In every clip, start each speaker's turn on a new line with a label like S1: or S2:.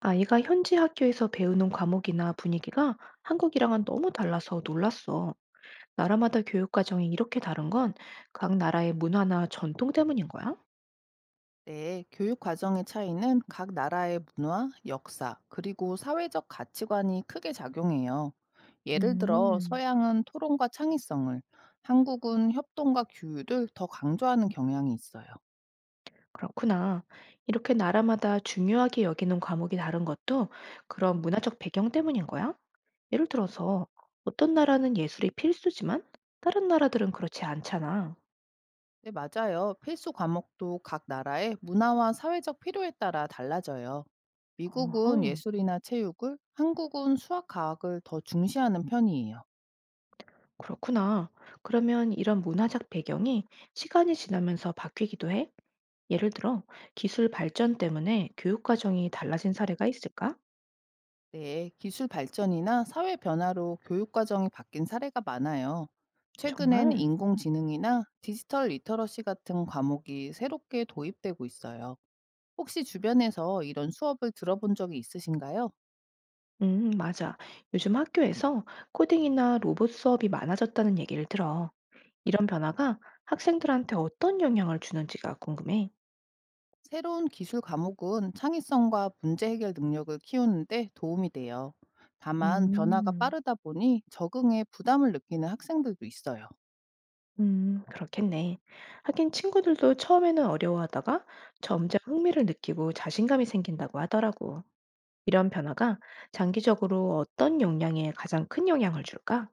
S1: 아이가 현지 학교에서 배우는 과목이나 분위기가 한국이랑은 너무 달라서 놀랐어. 나라마다 교육 과정이 이렇게 다른 건 각 나라의 문화나 전통 때문인 거야?
S2: 네, 교육 과정의 차이는 각 나라의 문화, 역사, 그리고 사회적 가치관이 크게 작용해요. 예를 들어,
S1: 음,
S2: 서양은 토론과 창의성을, 한국은 협동과 규율을 더 강조하는 경향이 있어요.
S1: 그렇구나. 이렇게 나라마다 중요하게 여기는 과목이 다른 것도 그런 문화적 배경 때문인 거야? 예를 들어서 어떤 나라는 예술이 필수지만 다른 나라들은 그렇지 않잖아.
S2: 네, 맞아요. 필수 과목도 각 나라의 문화와 사회적 필요에 따라 달라져요.
S1: 어허,
S2: 미국은 예술이나 체육을, 한국은 수학, 과학을 더 중시하는 편이에요.
S1: 그렇구나. 그러면 이런 문화적 배경이 시간이 지나면서 바뀌기도 해? 예를 들어 기술 발전 때문에 교육 과정이 달라진 사례가 있을까?
S2: 네, 기술 발전이나 사회 변화로 교육 과정이 바뀐 사례가 많아요. 최근엔
S1: 정말?
S2: 인공지능이나 디지털 리터러시 같은 과목이 새롭게 도입되고 있어요. 혹시 주변에서 이런 수업을 들어본 적이 있으신가요?
S1: 맞아. 요즘 학교에서 코딩이나 로봇 수업이 많아졌다는 얘기를 들어. 이런 변화가 학생들한테 어떤 영향을 주는지가 궁금해.
S2: 새로운 기술 과목은 창의성과 문제 해결 능력을 키우는데 도움이 돼요. 다만 변화가
S1: 음,
S2: 빠르다 보니 적응에 부담을 느끼는 학생들도 있어요.
S1: 그렇겠네. 하긴 친구들도 처음에는 어려워하다가 점점 흥미를 느끼고 자신감이 생긴다고 하더라고. 이런 변화가 장기적으로 어떤 역량에 가장 큰 영향을 줄까?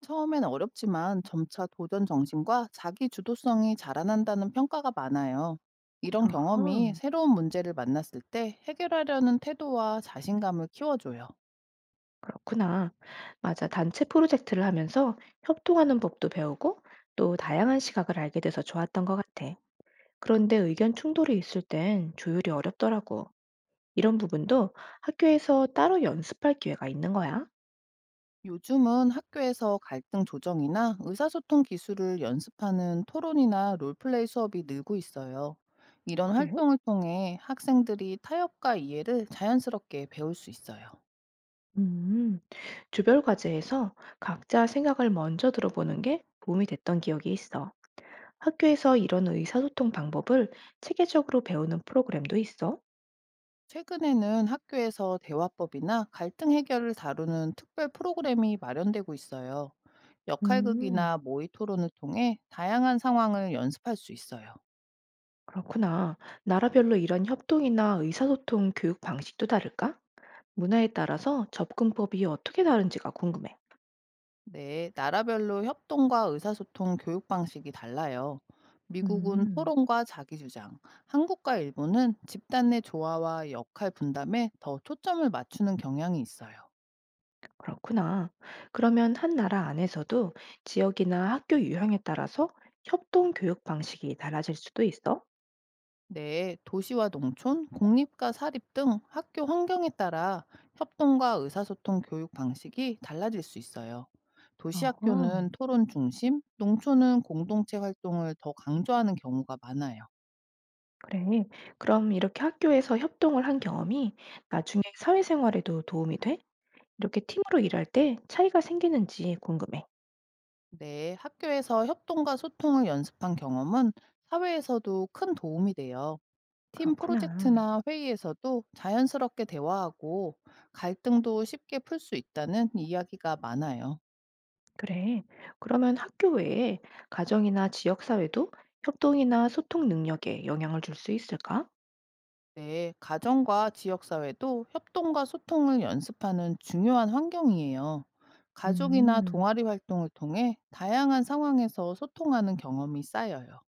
S2: 처음엔 어렵지만 점차 도전 정신과 자기 주도성이 자라난다는 평가가 많아요. 이런 경험이
S1: 어허.
S2: 새로운 문제를 만났을 때 해결하려는 태도와 자신감을 키워줘요.
S1: 그렇구나. 맞아. 단체 프로젝트를 하면서 협동하는 법도 배우고 또 다양한 시각을 알게 돼서 좋았던 것 같아. 그런데 의견 충돌이 있을 땐 조율이 어렵더라고. 이런 부분도 학교에서 따로 연습할 기회가 있는 거야.
S2: 요즘은 학교에서 갈등 조정이나 의사소통 기술을 연습하는 토론이나 롤플레이 수업이 늘고 있어요. 이런
S1: 그래? 요
S2: 활동을 통해 학생들이 타협과 이해를 자연스럽게 배울 수 있어요.
S1: 음, 조별 과제에서 각자 생각을 먼저 들어보는 게 도움이 됐던 기억이 있어. 학교에서 이런 의사소통 방법을 체계적으로 배우는 프로그램도 있어.
S2: 최근에는 학교에서 대화법이나 갈등 해결을 다루는 특별 프로그램이 마련되고 있어요.
S1: 음.
S2: 역할극이나 모의 토론을 통해 다양한 상황을 연습할 수 있어요.
S1: 그렇구나. 나라별로 이런 협동이나 의사소통 교육 방식도 다를까? 문화에 따라서 접근법이 어떻게 다른지가 궁금해.
S2: 네, 나라별로 협동과 의사소통 교육 방식이 달라요. 미국은
S1: 음,
S2: 토론과 자기주장, 한국과 일본은 집단 내 조화와 역할 분담에 더 초점을 맞추는 경향이 있어요.
S1: 그렇구나. 그러면 한 나라 안에서도 지역이나 학교 유형에 따라서 협동 교육 방식이 달라질 수도 있어?
S2: 네, 도시와 농촌, 공립과 사립 등 학교 환경에 따라 협동과 의사소통 교육 방식이 달라질 수 있어요. 도시
S1: 어허,
S2: 학교는 토론 중심, 농촌은 공동체 활동을 더 강조하는 경우가 많아요.
S1: 그래. 그럼 이렇게 학교에서 협동을 한 경험이 나중에 사회생활에도 도움이 돼? 이렇게 팀으로 일할 때 차이가 생기는지 궁금해.
S2: 네, 학교에서 협동과 소통을 연습한 경험은 사회에서도 큰 도움이 돼요. 팀
S1: 그렇구나.
S2: 프로젝트나 회의에서도 자연스럽게 대화하고 갈등도 쉽게 풀 수 있다는 이야기가 많아요.
S1: 그래. 그러면 학교 외에 가정이나 지역사회도 협동이나 소통 능력에 영향을 줄 수 있을까?
S2: 네, 가정과 지역사회도 협동과 소통을 연습하는 중요한 환경이에요. 가족이나
S1: 음,
S2: 동아리 활동을 통해 다양한 상황에서 소통하는 경험이 쌓여요.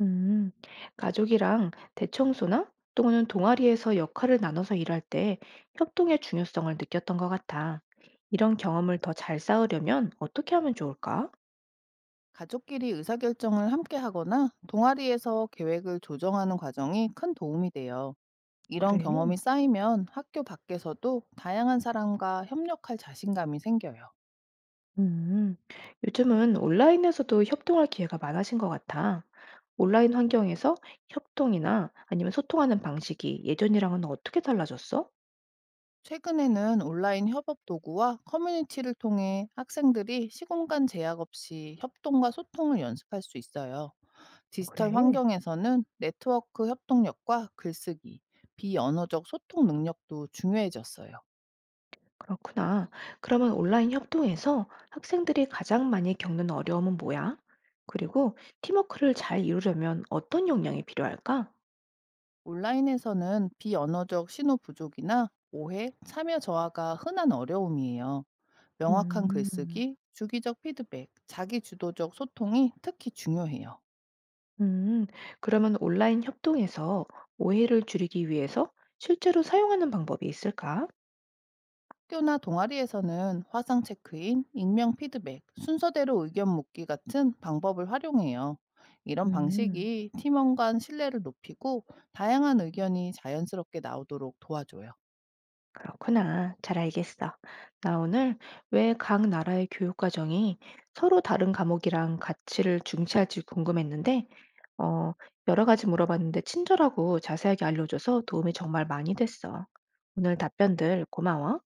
S1: 음, 가족이랑 대청소나 또는 동아리에서 역할을 나눠서 일할 때 협동의 중요성을 느꼈던 것 같아. 이런 경험을 더 잘 쌓으려면 어떻게 하면 좋을까?
S2: 가족끼리 의사결정을 함께 하거나 동아리에서 계획을 조정하는 과정이 큰 도움이 돼요. 이런
S1: 그래.
S2: 경험이 쌓이면 학교 밖에서도 다양한 사람과 협력할 자신감이 생겨요.
S1: 음, 요즘은 온라인에서도 협동할 기회가 많아진 것 같아. 온라인 환경에서 협동이나 아니면 소통하는 방식이 예전이랑은 어떻게 달라졌어?
S2: 최근에는 온라인 협업 도구와 커뮤니티를 통해 학생들이 시공간 제약 없이 협동과 소통을 연습할 수 있어요. 디지털
S1: 그래.
S2: 환경에서는 네트워크 협동력과 글쓰기, 비언어적 소통 능력도 중요해졌어요.
S1: 그렇구나. 그러면 온라인 협동에서 학생들이 가장 많이 겪는 어려움은 뭐야? 그리고 팀워크를 잘 이루려면 어떤 역량이 필요할까?
S2: 온라인에서는 비언어적 신호 부족이나 오해, 참여 저하가 흔한 어려움이에요. 명확한
S1: 음,
S2: 글쓰기, 주기적 피드백, 자기 주도적 소통이 특히 중요해요.
S1: 음, 그러면 온라인 협동에서 오해를 줄이기 위해서 실제로 사용하는 방법이 있을까?
S2: 학교나 동아리에서는 화상 체크인, 익명 피드백, 순서대로 의견 묻기 같은 방법을 활용해요. 이런
S1: 음.
S2: 방식이 팀원 간 신뢰를 높이고 다양한 의견이 자연스럽게 나오도록 도와줘요.
S1: 그렇구나. 잘 알겠어. 나 오늘 왜 각 나라의 교육 과정이 서로 다른 과목이랑 가치를 중시할지 궁금했는데, 어, 여러 가지 물어봤는데 친절하고 자세하게 알려줘서 도움이 정말 많이 됐어. 오늘 답변들 고마워.